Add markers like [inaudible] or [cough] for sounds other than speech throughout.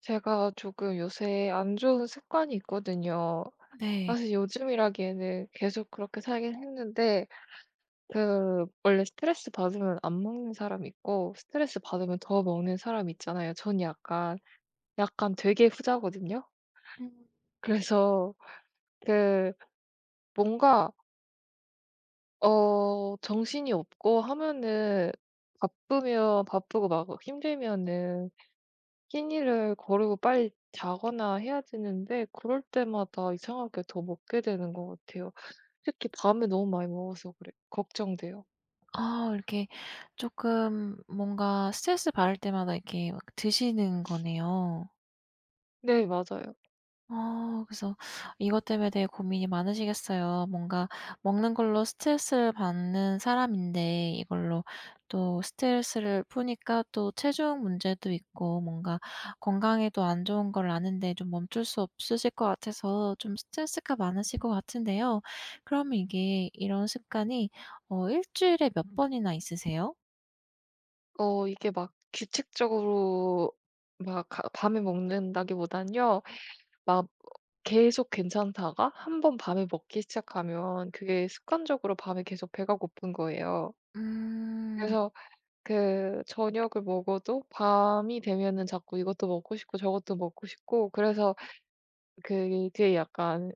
제가 조금 요새 안 좋은 습관이 있거든요. 네. 사실 요즘이라기에는 계속 그렇게 살긴 했는데, 원래 스트레스 받으면 안 먹는 사람 있고, 스트레스 받으면 더 먹는 사람 있잖아요. 전 약간 되게 후자거든요. 그래서, 그, 뭔가, 어, 정신이 없고 하면은, 바쁘고 막 힘들면은 끼니를 거르고 빨리 자거나 해야 되는데 그럴 때마다 이상하게 더 먹게 되는 것 같아요. 특히 밤에 너무 많이 먹어서 그래요. 걱정돼요. 아, 이렇게 조금 뭔가 스트레스 받을 때마다 이렇게 막 드시는 거네요. 네, 맞아요. 그래서 이것 때문에 되게 고민이 많으시겠어요. 뭔가 먹는 걸로 스트레스를 받는 사람인데 이걸로 또 스트레스를 푸니까 또 체중 문제도 있고 뭔가 건강에도 안 좋은 걸 아는데 좀 멈출 수 없으실 것 같아서 좀 스트레스가 많으실 것 같은데요. 그럼 이게 이런 습관이 주일에 몇 번이나 있으세요? 이게 막 규칙적으로 막 가 밤에 먹는다기보다는요. 막 계속 괜찮다가 한번 밤에 먹기 시작하면 그게 습관적으로 밤에 계속 배가 고픈 거예요. 음. 그래서 그 저녁을 먹어도 밤이 되면은 자꾸 이것도 먹고 싶고 저것도 먹고 싶고 그래서 그게 약간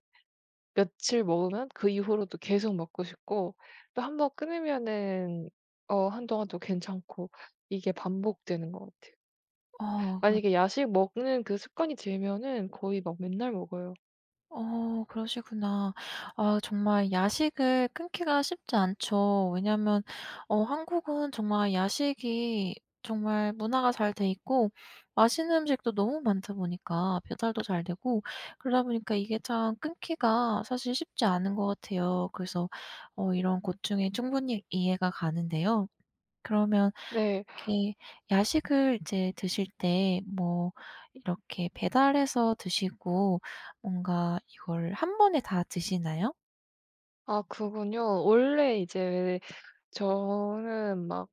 며칠 먹으면 그 이후로도 계속 먹고 싶고 또 한번 끊으면은 한동안 또 괜찮고 이게 반복되는 것 같아요. 아 그렇 만약에 야식 먹는 그 습관이 들면은 거의 막 맨날 먹어요. 어, 그러시구나. 아, 정말 야식을 끊기가 쉽지 않죠. 왜냐하면 한국은 정말 야식이 정말 문화가 잘 돼 있고 맛있는 음식도 너무 많다 보니까 배달도 잘 되고, 그러다 보니까 이게 참 끊기가 사실 쉽지 않은 것 같아요. 그래서 이런 고충이 충분히 이해가 가는데요. 그러면 네. 이렇게 야식을 이제 드실 때 뭐 이렇게 배달해서 드시고 뭔가 이걸 한 번에 다 드시나요? 아 그군요. 원래 이제 저는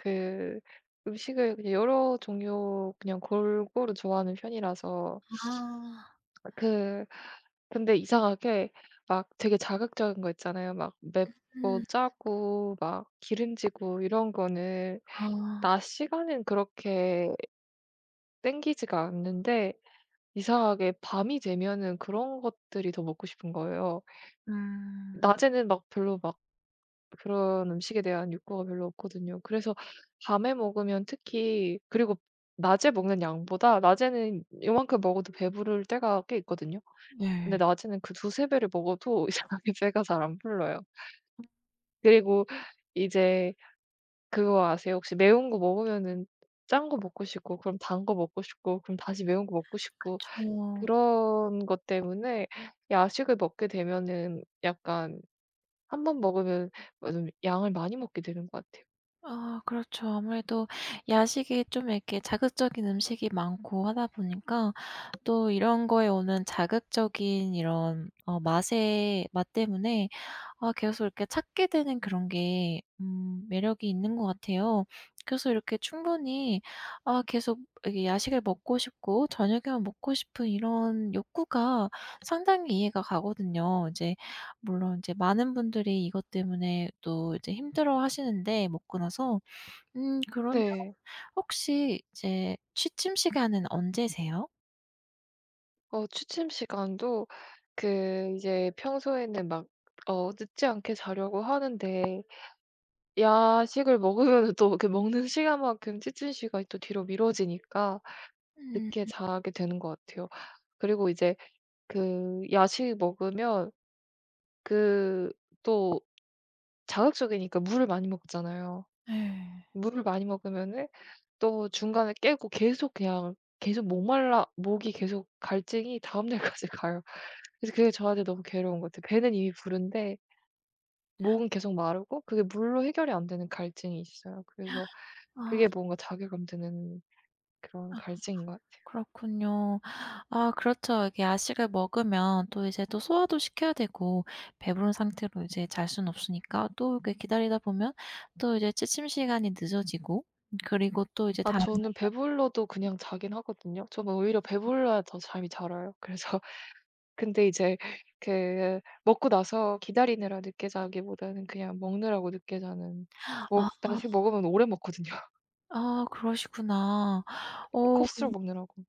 그 음식을 그냥 여러 종류 그냥 골고루 좋아하는 편이라서 아. 그 근데 이상하게 막 되게 자극적인 거 있잖아요. 막 맵고 음. 짜고 막 기름지고 이런 거는 아. 낮 시간엔 그렇게 땡기지가 않는데 이상하게 밤이 되면은 그런 것들이 더 먹고 싶은 거예요. 음. 낮에는 막 별로 막 그런 음식에 대한 욕구가 별로 없거든요. 그래서 밤에 먹으면 특히 그리고 낮에 먹는 양보다 낮에는 요만큼 먹어도 배부를 때가 꽤 있거든요. 근데 네. 낮에는 그 두세 배를 먹어도 [laughs] 이상하게 배가 잘 안 불러요. 그리고 이제 그거 아세요? 혹시 매운 거 먹으면은 짠 거 먹고 싶고 그럼 단 거 먹고 싶고 그럼 다시 매운 거 먹고 싶고 그쵸. 그런 것 때문에 야식을 먹게 되면은 약간 한번 먹으면 뭐 좀 양을 많이 먹게 되는 것 같아요. 아, 그렇죠. 아무래도 야식이 좀 이렇게 자극적인 음식이 많고 하다 보니까 또 이런 거에 오는 자극적인 이런 맛의 맛 때문에 계속 이렇게 찾게 되는 그런 게 매력이 있는 것 같아요. 그래서 이렇게 충분히 계속 이게 야식을 먹고 싶고 저녁에만 먹고 싶은 이런 욕구가 상당히 이해가 가거든요. 이제 물론 이제 많은 분들이 이것 때문에 또 이제 힘들어하시는데 먹고 나서. 그러면 네. 혹시 이제 취침 시간은 언제세요? 취침 시간도 그 이제 평소에는 막 늦지 않게 자려고 하는데 야식을 먹으면 또 그 먹는 시간만큼 취침 시간이 또 뒤로 미뤄지니까 음. 늦게 자게 되는 것 같아요. 그리고 이제 그 야식 먹으면 그 또 자극적이니까 물을 많이 먹잖아요. 네. 물을 많이 먹으면은 또 중간에 깨고 계속 그냥 계속 목말라 목이 계속 갈증이 다음 날까지 [laughs] 가요. 그래서 그게 저한테 너무 괴로운 것 같아요. 배는 이미 부른데 목은 계속 마르고 그게 물로 해결이 안 되는 갈증이 있어요. 그래서 아. 그게 뭔가 자괴감 드는 그런 갈증인가요? 그렇군요. 아, 그렇죠. 이게 야식을 먹으면 또 이제 또 소화도 시켜야 되고 배부른 상태로 이제 잘 수는 없으니까 또 이렇게 기다리다 보면 또 이제 취침 시간이 늦어지고, 그리고 또 이제 아 다음 저는 배불러도 그냥 자긴 하거든요. 저는 오히려 배불러야 더 잠이 잘 와요. 그래서 [laughs] 근데 이제 그 먹고 나서 기다리느라 늦게 자기보다는 그냥 먹느라고 늦게 자는 먹 아. 야식 먹으면 오래 먹거든요. [laughs] 아, 그러시구나. 어. 컵수로 먹느라고.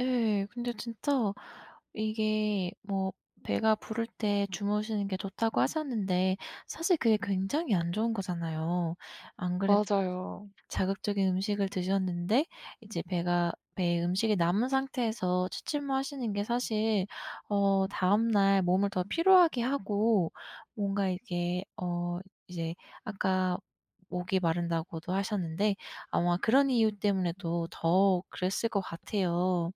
예. 근데 진짜 이게 뭐 "배가 부를 때 주무시는 게 좋다."고 하셨는데 사실 그게 굉장히 안 좋은 거잖아요. 안 그래도 맞아요. 자극적인 음식을 드셨는데 이제 배가 배에 음식이 남은 상태에서 취침하시는 게 사실 다음 날 몸을 더 피로하게 하고 뭔가 이게 어 이제 아까 목이 마른다고도 하셨는데 아마 그런 이유 때문에도 더 그랬을 것 같아요.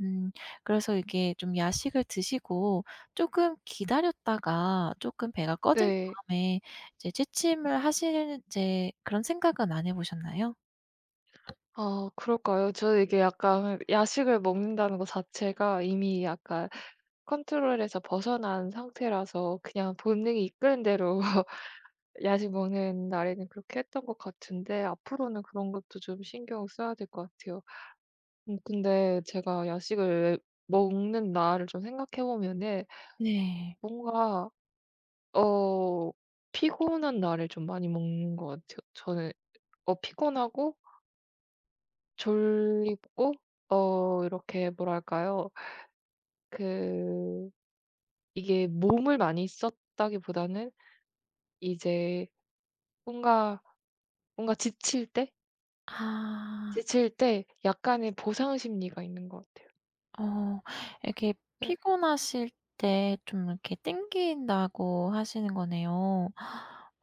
음. 그래서 이게 좀 야식을 드시고 조금 기다렸다가 조금 배가 꺼진 네. 다음에 이제 취침을 하실, 이제 그런 생각은 안 해 보셨나요? 아 그럴까요? 저 이게 약간 야식을 먹는다는 거 자체가 이미 약간 컨트롤에서 벗어난 상태라서 그냥 본능이 이끄는 대로 [laughs] 야식 먹는 날에는 그렇게 했던 것 같은데 앞으로는 그런 것도 좀 신경 써야 될 것 같아요. 근데 제가 야식을 먹는 날을 좀 생각해 보면은 네. 뭔가 어 피곤한 날을 좀 많이 먹는 것 같아요. 저는 피곤하고 졸리고 이렇게 뭐랄까요? 그 이게 몸을 많이 썼다기보다는 이제 뭔가 뭔가 아. 지칠 때 약간의 보상 심리가 있는 것 같아요. 어. 이렇게 네. 피곤하실 때 좀 이렇게 땡긴다고 하시는 거네요.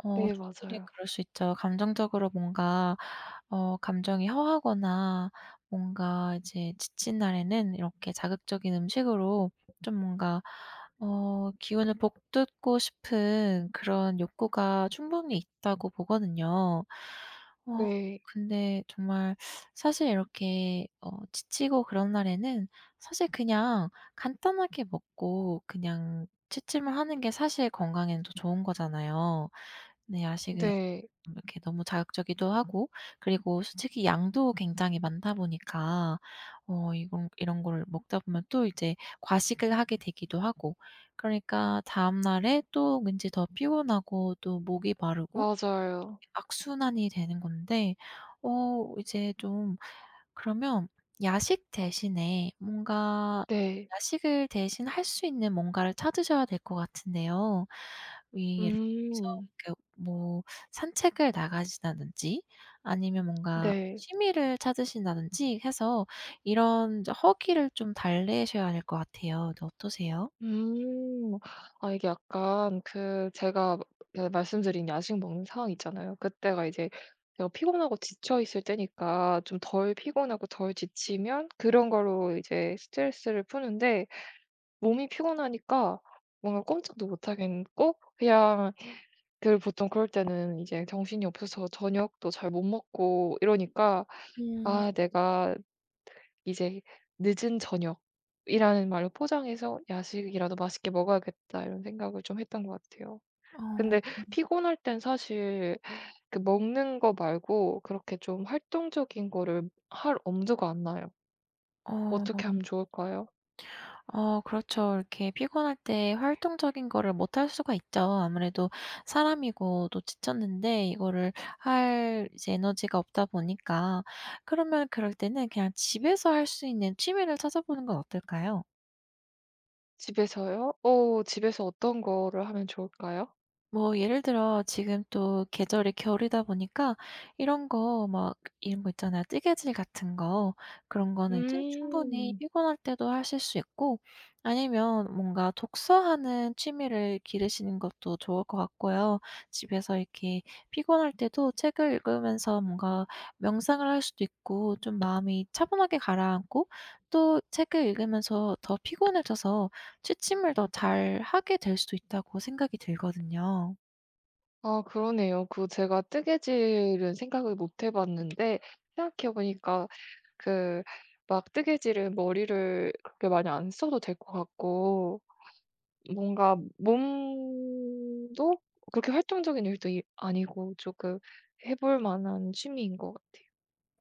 어, 네 충분히 맞아요. 그럴 수 있죠. 감정적으로 뭔가 감정이 허하거나 뭔가 이제 지친 날에는 이렇게 자극적인 음식으로 좀 뭔가 기운을 북돋고 싶은 그런 욕구가 충분히 있다고 보거든요. 어. 네. 근데 정말 사실 이렇게 지치고 그런 날에는 사실 그냥 간단하게 먹고 그냥 취침을 하는 게 사실 건강에는 더 좋은 거잖아요. 근데 야식은 네. 이렇게 너무 자극적이기도 하고 그리고 솔직히 양도 굉장히 많다 보니까 이건 이런 거를 먹다 보면 또 이제 과식을 하게 되기도 하고, 그러니까 다음 날에 또 왠지 더 피곤하고 또 목이 마르고 맞아요. 악순환이 되는 건데 이제 좀 그러면 야식 대신에 뭔가 네. 야식을 대신 할 수 있는 뭔가를 찾으셔야 될 것 같은데요. 이 예를 들어서 음. 이렇게 뭐 산책을 나가신다든지 아니면 뭔가 네. 취미를 찾으신다든지 해서 이런 허기를 좀 달래셔야 될 것 같아요. 네, 어떠세요? 음. 아 이게 약간 그 제가 그 말씀드린 야식 먹는 상황 있잖아요. 그때가 이제 제가 피곤하고 지쳐 있을 때니까 좀 덜 피곤하고 덜 지치면 그런 걸로 이제 스트레스를 푸는데 몸이 피곤하니까 뭔가 꼼짝도 못 하겠고 그냥 늘 보통 그럴 때는 이제 정신이 없어서 저녁도 잘 못 먹고 이러니까 음. 아 내가 이제 "늦은 저녁"이라는 말로 포장해서 '야식이라도 맛있게 먹어야겠다.' 이런 생각을 좀 했던 것 같아요. 근데 어. 피곤할 땐 사실 그 먹는 거 말고 그렇게 좀 활동적인 거를 할 엄두가 안 나요. 어떻게 어. 하면 좋을까요? 어, 그렇죠. 이렇게 피곤할 때 활동적인 거를 못 할 수가 있죠. 아무래도 사람이고 또 지쳤는데 이거를 할 이제 에너지가 없다 보니까. 그러면 그럴 때는 그냥 집에서 할 수 있는 취미를 찾아보는 건 어떨까요? 집에서요? 집에서 어떤 거를 하면 좋을까요? 뭐 예를 들어 지금 또 계절이 겨울이다 보니까 이런 거 막 이런 거 있잖아요. 뜨개질 같은 거. 그런 거는 이제 충분히 음. 피곤할 때도 하실 수 있고 아니면 뭔가 독서하는 취미를 기르시는 것도 좋을 것 같고요. 집에서 이렇게 피곤할 때도 책을 읽으면서 뭔가 명상을 할 수도 있고 좀 마음이 차분하게 가라앉고 또 책을 읽으면서 더 피곤해져서 취침을 더 잘하게 될 수도 있다고 생각이 들거든요. 아 그러네요. 그 제가 뜨개질은 생각을 못 해 봤는데 생각해 보니까 그 막 뜨개질은 머리를 그렇게 많이 안 써도 될 것 같고 뭔가 몸도 그렇게 활동적인 일도 이 아니고 조금 해볼 만한 취미인 것 같아요.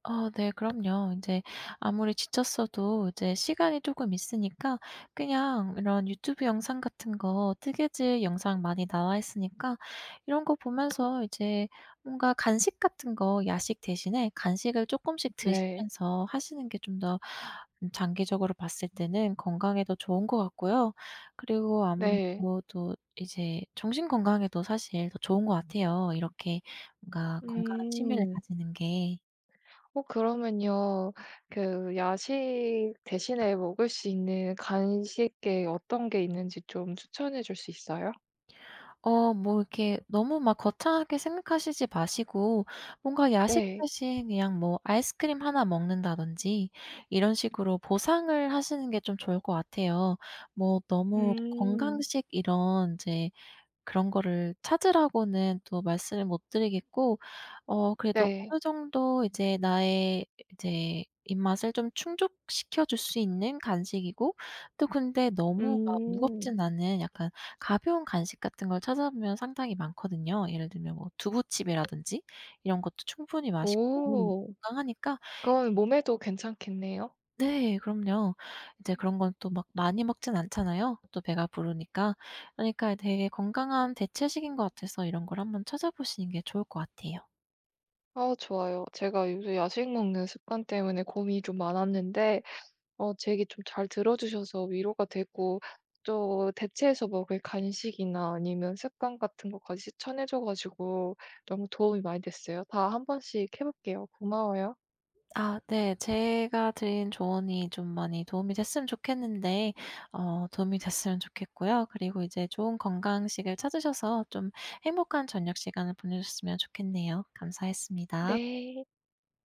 어, 네, 그럼요. 이제 아무리 지쳤어도 이제 시간이 조금 있으니까 그냥 이런 유튜브 영상 같은 거, 뜨개질 영상 많이 나와 있으니까 이런 거 보면서 이제 뭔가 간식 같은 거, 야식 대신에 간식을 조금씩 네. 드시면서 하시는 게 좀 더, 장기적으로 봤을 때는 건강에도 좋은 것 같고요. 그리고 아무래도 네. 또 이제 정신 건강에도 사실 더 좋은 것 같아요. 이렇게 뭔가 건강한 취미를 음. 가지는 게. 그러면요. 그 야식 대신에 먹을 수 있는 간식에 어떤 게 있는지 좀 추천해 줄 수 있어요? 어, 뭐 이렇게 너무 막 거창하게 생각하시지 마시고 뭔가 야식 네. 대신 그냥 뭐 아이스크림 하나 먹는다든지 이런 식으로 보상을 하시는 게 좀 좋을 것 같아요. 뭐 너무 음. 건강식 이런 이제 그런 거를 찾으라고는 또 말씀을 못 드리겠고 그래도 네. 어느 정도 이제 나의 이제 입맛을 좀 충족시켜 줄 수 있는 간식이고 또 근데 너무 막 음. 무겁진 않은 약간 가벼운 간식 같은 걸 찾아보면 상당히 많거든요. 예를 들면 뭐 두부칩이라든지 이런 것도 충분히 맛있고 오. 건강하니까. 그건 몸에도 괜찮겠네요. 네. 그럼요. 이제 그런 건 또 막 많이 먹진 않잖아요, 또 배가 부르니까. 그러니까 되게 건강한 대체식인 것 같아서 이런 걸 한번 찾아보시는 게 좋을 것 같아요. 아 좋아요. 제가 요새 야식 먹는 습관 때문에 고민이 좀 많았는데 제 얘기 좀 잘 들어 주셔서 위로가 되고 또 대체해서 먹을 간식이나 아니면 습관 같은 것까지 추천해 줘 가지고 너무 도움이 많이 됐어요. 다 한 번씩 해 볼게요. 고마워요. 아, 네. 제가 드린 조언이 좀 많이 도움이 됐으면 좋겠는데, 도움이 됐으면 좋겠고요. 그리고 이제 좋은 건강식을 찾으셔서 좀 행복한 저녁 시간을 보내셨으면 좋겠네요. 감사했습니다. 네.